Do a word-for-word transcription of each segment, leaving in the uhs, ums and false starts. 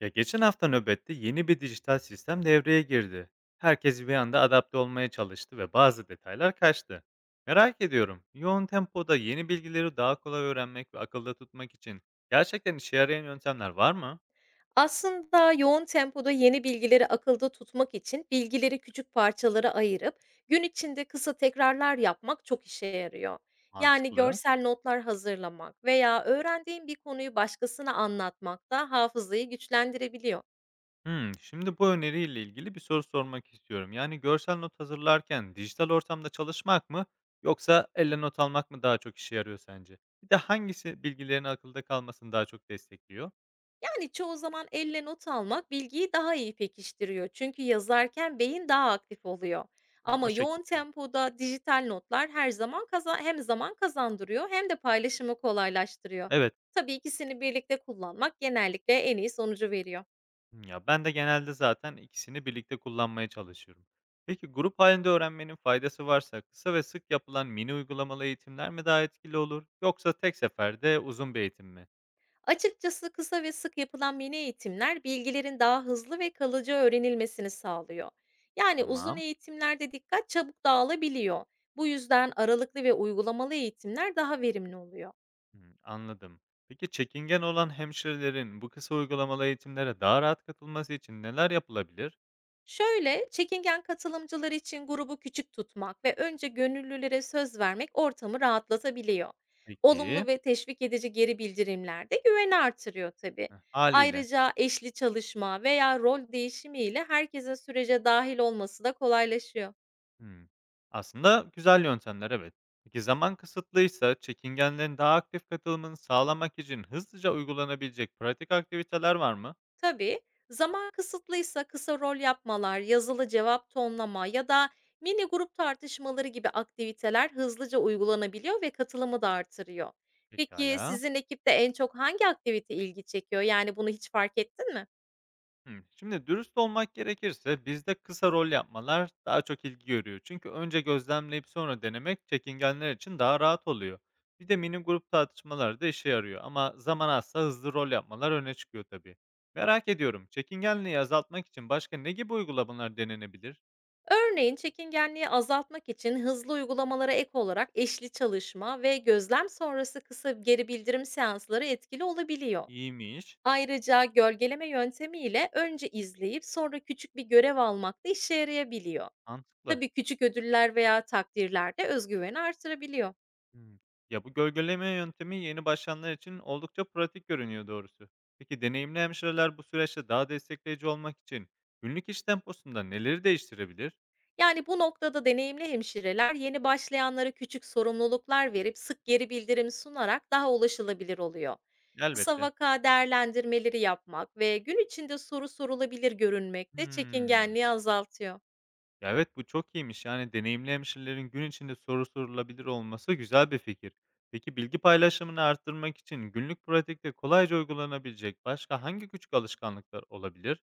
Ya geçen hafta nöbette yeni bir dijital sistem devreye girdi. Herkes bir anda adapte olmaya çalıştı ve bazı detaylar kaçtı. Merak ediyorum, yoğun tempoda yeni bilgileri daha kolay öğrenmek ve akılda tutmak için gerçekten işe yarayan yöntemler var mı? Aslında yoğun tempoda yeni bilgileri akılda tutmak için bilgileri küçük parçalara ayırıp gün içinde kısa tekrarlar yapmak çok işe yarıyor. Yani Mantıklı. görsel notlar hazırlamak veya öğrendiğin bir konuyu başkasına anlatmak da hafızayı güçlendirebiliyor. Hmm, şimdi bu öneriyle ilgili bir soru sormak istiyorum. Yani görsel not hazırlarken dijital ortamda çalışmak mı yoksa elle not almak mı daha çok işe yarıyor sence? Bir de hangisi bilgilerin akılda kalmasını daha çok destekliyor? Yani, çoğu zaman elle not almak bilgiyi daha iyi pekiştiriyor. Çünkü yazarken beyin daha aktif oluyor. Ha, Ama o yoğun şekilde. tempoda dijital notlar her zaman kaza hem zaman kazandırıyor hem de paylaşımı kolaylaştırıyor. Evet. Tabii ikisini birlikte kullanmak genellikle en iyi sonucu veriyor. Hımm, ya, ben de genelde zaten ikisini birlikte kullanmaya çalışıyorum. Peki, grup halinde öğrenmenin faydası varsa kısa ve sık yapılan mini uygulamalı eğitimler mi daha etkili olur yoksa tek seferde uzun bir eğitim mi? Açıkçası kısa ve sık yapılan mini eğitimler bilgilerin daha hızlı ve kalıcı öğrenilmesini sağlıyor. Yani uzun Tamam. eğitimlerde dikkat çabuk dağılabiliyor. Bu yüzden aralıklı ve uygulamalı eğitimler daha verimli oluyor. Hımm, anladım. Peki, çekingen olan hemşirelerin bu kısa uygulamalı eğitimlere daha rahat katılması için neler yapılabilir? Şöyle, çekingen katılımcılar için grubu küçük tutmak ve önce gönüllülere söz vermek ortamı rahatlatabiliyor. Olumlu Peki. ve teşvik edici geri bildirimler de güveni artırıyor tabii. Heh, hâliyle. Ayrıca eşli çalışma veya rol değişimi ile herkesin sürece dahil olması da kolaylaşıyor. Hımm. Aslında güzel yöntemler, evet. Peki zaman kısıtlıysa çekingenlerin daha aktif katılımını sağlamak için hızlıca uygulanabilecek pratik aktiviteler var mı? Tabii, zaman kısıtlıysa kısa rol yapmalar, yazılı cevap tonlama ya da mini grup tartışmaları gibi aktiviteler hızlıca uygulanabiliyor ve katılımı da artırıyor. Peki Pekala. sizin ekipte en çok hangi aktivite ilgi çekiyor? Yani bunu hiç fark ettin mi? Hımm. Şimdi dürüst olmak gerekirse bizde kısa rol yapmalar daha çok ilgi görüyor. Çünkü önce gözlemleyip sonra denemek çekingenler için daha rahat oluyor. Bir de mini grup tartışmaları da işe yarıyor ama zaman azsa hızlı rol yapmalar öne çıkıyor tabii. Merak ediyorum, çekingenliği azaltmak için başka ne gibi uygulamalar denenebilir? Örneğin çekingenliği azaltmak için hızlı uygulamalara ek olarak eşli çalışma ve gözlem sonrası kısa geri bildirim seansları etkili olabiliyor. İyiymiş. Ayrıca gölgeleme yöntemiyle önce izleyip sonra küçük bir görev almak da işe yarayabiliyor. Mantıklı. Tabii, küçük ödüller veya takdirler de özgüveni güveni artırabiliyor. Hımm. Ya, bu gölgeleme yöntemi yeni başlayanlar için oldukça pratik görünüyor doğrusu. Peki deneyimli hemşireler bu süreçte daha destekleyici olmak için günlük iş temposunda neleri değiştirebilir? Yani bu noktada deneyimli hemşireler yeni başlayanlara küçük sorumluluklar verip sık geri bildirim sunarak daha ulaşılabilir oluyor. Kısa Elbette. vaka değerlendirmeleri yapmak ve gün içinde soru sorulabilir görünmek de Hımm. çekingenliği azaltıyor. Ya, evet, bu çok iyiymiş. Yani deneyimli hemşirelerin gün içinde soru sorulabilir olması güzel bir fikir. Peki bilgi paylaşımını arttırmak için günlük pratikte kolayca uygulanabilecek başka hangi küçük alışkanlıklar olabilir?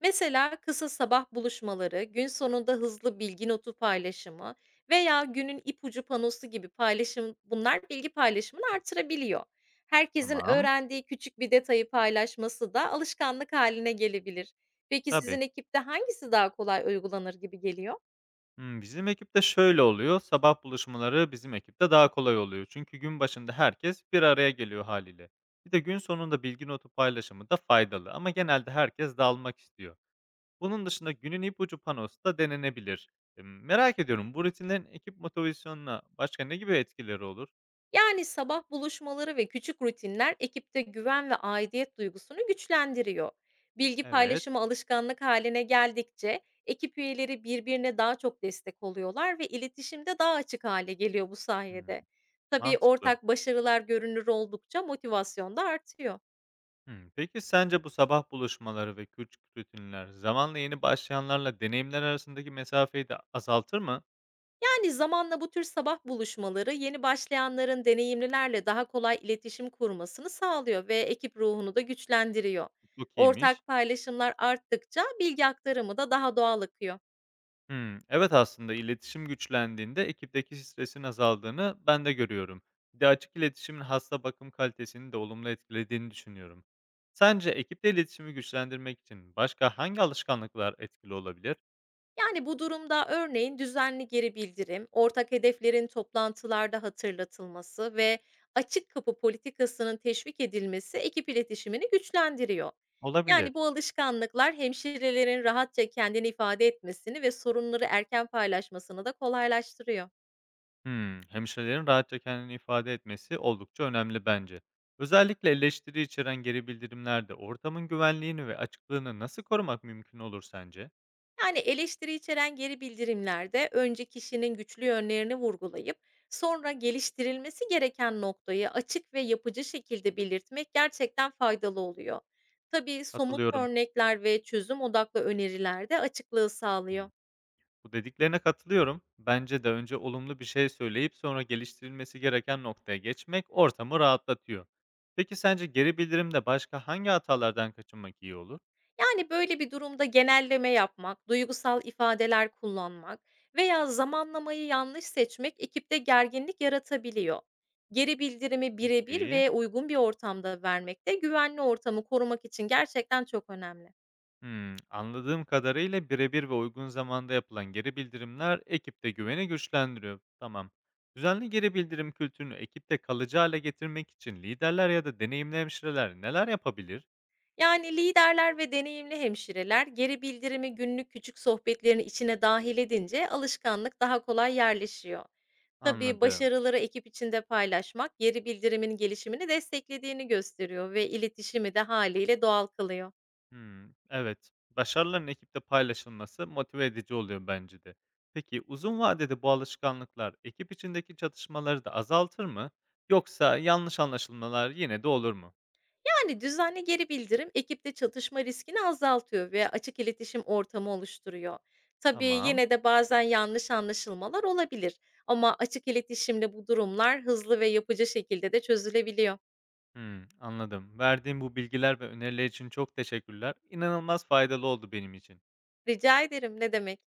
Mesela kısa sabah buluşmaları, gün sonunda hızlı bilgi notu paylaşımı veya günün ipucu panosu gibi paylaşım bunlar bilgi paylaşımını artırabiliyor. Herkesin Tamam. öğrendiği küçük bir detayı paylaşması da alışkanlık haline gelebilir. Peki sizin Tabii. ekipte hangisi daha kolay uygulanır gibi geliyor? Hımm, bizim ekipte şöyle oluyor, sabah buluşmaları bizim ekipte daha kolay oluyor. Çünkü gün başında herkes bir araya geliyor hâliyle. Bir de gün sonunda bilgi notu paylaşımı da faydalı ama genelde herkes dağılmak istiyor. Bunun dışında günün ipucu panosu da denenebilir. Emm, merak ediyorum, bu rutinlerin ekip motivasyonuna başka ne gibi etkileri olur? Yani sabah buluşmaları ve küçük rutinler ekipte güven ve aidiyet duygusunu güçlendiriyor. Bilgi Evet, paylaşımı alışkanlık haline geldikçe ekip üyeleri birbirine daha çok destek oluyorlar ve iletişimde daha açık hale geliyor bu hımm, sayede. Tabii mantıklı. ortak başarılar görünür oldukça motivasyon da artıyor. Hımm, peki sence bu sabah buluşmaları ve küçük rutinler zamanla yeni başlayanlarla deneyimler arasındaki mesafeyi de azaltır mı? Yani zamanla bu tür sabah buluşmaları yeni başlayanların deneyimlilerle daha kolay iletişim kurmasını sağlıyor ve ekip ruhunu da güçlendiriyor. Çok iyiymiş. Ortak paylaşımlar arttıkça bilgi aktarımı da daha doğal akıyor. Hımm. Evet, aslında iletişim güçlendiğinde ekipteki stresin azaldığını ben de görüyorum. Bir de açık iletişimin hasta bakım kalitesini de olumlu etkilediğini düşünüyorum. Sence ekipte iletişimi güçlendirmek için başka hangi alışkanlıklar etkili olabilir? Yani bu durumda örneğin düzenli geri bildirim, ortak hedeflerin toplantılarda hatırlatılması ve açık kapı politikasının teşvik edilmesi ekip iletişimini güçlendiriyor. Olabilir. Yani bu alışkanlıklar hemşirelerin rahatça kendini ifade etmesini ve sorunları erken paylaşmasını da kolaylaştırıyor. Hımm. Hemşirelerin rahatça kendini ifade etmesi oldukça önemli bence. Özellikle eleştiri içeren geri bildirimlerde ortamın güvenliğini ve açıklığını nasıl korumak mümkün olur sence? Yani eleştiri içeren geri bildirimlerde önce kişinin güçlü yönlerini vurgulayıp sonra geliştirilmesi gereken noktayı açık ve yapıcı şekilde belirtmek gerçekten faydalı oluyor. Tabii somut Katılıyorum. örnekler ve çözüm odaklı öneriler de açıklığı Hı. sağlıyor. Bu dediklerine katılıyorum. Bence de önce olumlu bir şey söyleyip sonra geliştirilmesi gereken noktaya geçmek ortamı rahatlatıyor. Peki sence geri bildirimde başka hangi hatalardan kaçınmak iyi olur? Yani, böyle bir durumda genelleme yapmak, duygusal ifadeler kullanmak veya zamanlamayı yanlış seçmek ekipte gerginlik yaratabiliyor. Geri bildirimi birebir Peki. ve uygun bir ortamda vermek de güvenli ortamı korumak için gerçekten çok önemli. Hmm, anladığım kadarıyla birebir ve uygun zamanda yapılan geri bildirimler ekipte güveni güçlendiriyor. Tamam. Düzenli geri bildirim kültürünü ekipte kalıcı hale getirmek için liderler ya da deneyimli hemşireler neler yapabilir? Yani, liderler ve deneyimli hemşireler geri bildirimi günlük küçük sohbetlerin içine dahil edince alışkanlık daha kolay yerleşiyor. Tabii, Anladım. başarıları ekip içinde paylaşmak geri bildirimin gelişimini desteklediğini gösteriyor ve iletişimi de haliyle doğal kılıyor. Hımm, evet. Başarıların ekipte paylaşılması motive edici oluyor bence de. Peki uzun vadede bu alışkanlıklar ekip içindeki çatışmaları da azaltır mı yoksa yanlış anlaşılmalar yine de olur mu? Yani düzenli geri bildirim ekipte çatışma riskini azaltıyor ve açık iletişim ortamı oluşturuyor. Tabii, Tamam. yine de bazen yanlış anlaşılmalar olabilir ama açık iletişimle bu durumlar hızlı ve yapıcı şekilde de çözülebiliyor. Hımm, anladım. Verdiğim bu bilgiler ve öneriler için çok teşekkürler. İnanılmaz faydalı oldu benim için. Rica ederim, ne demek.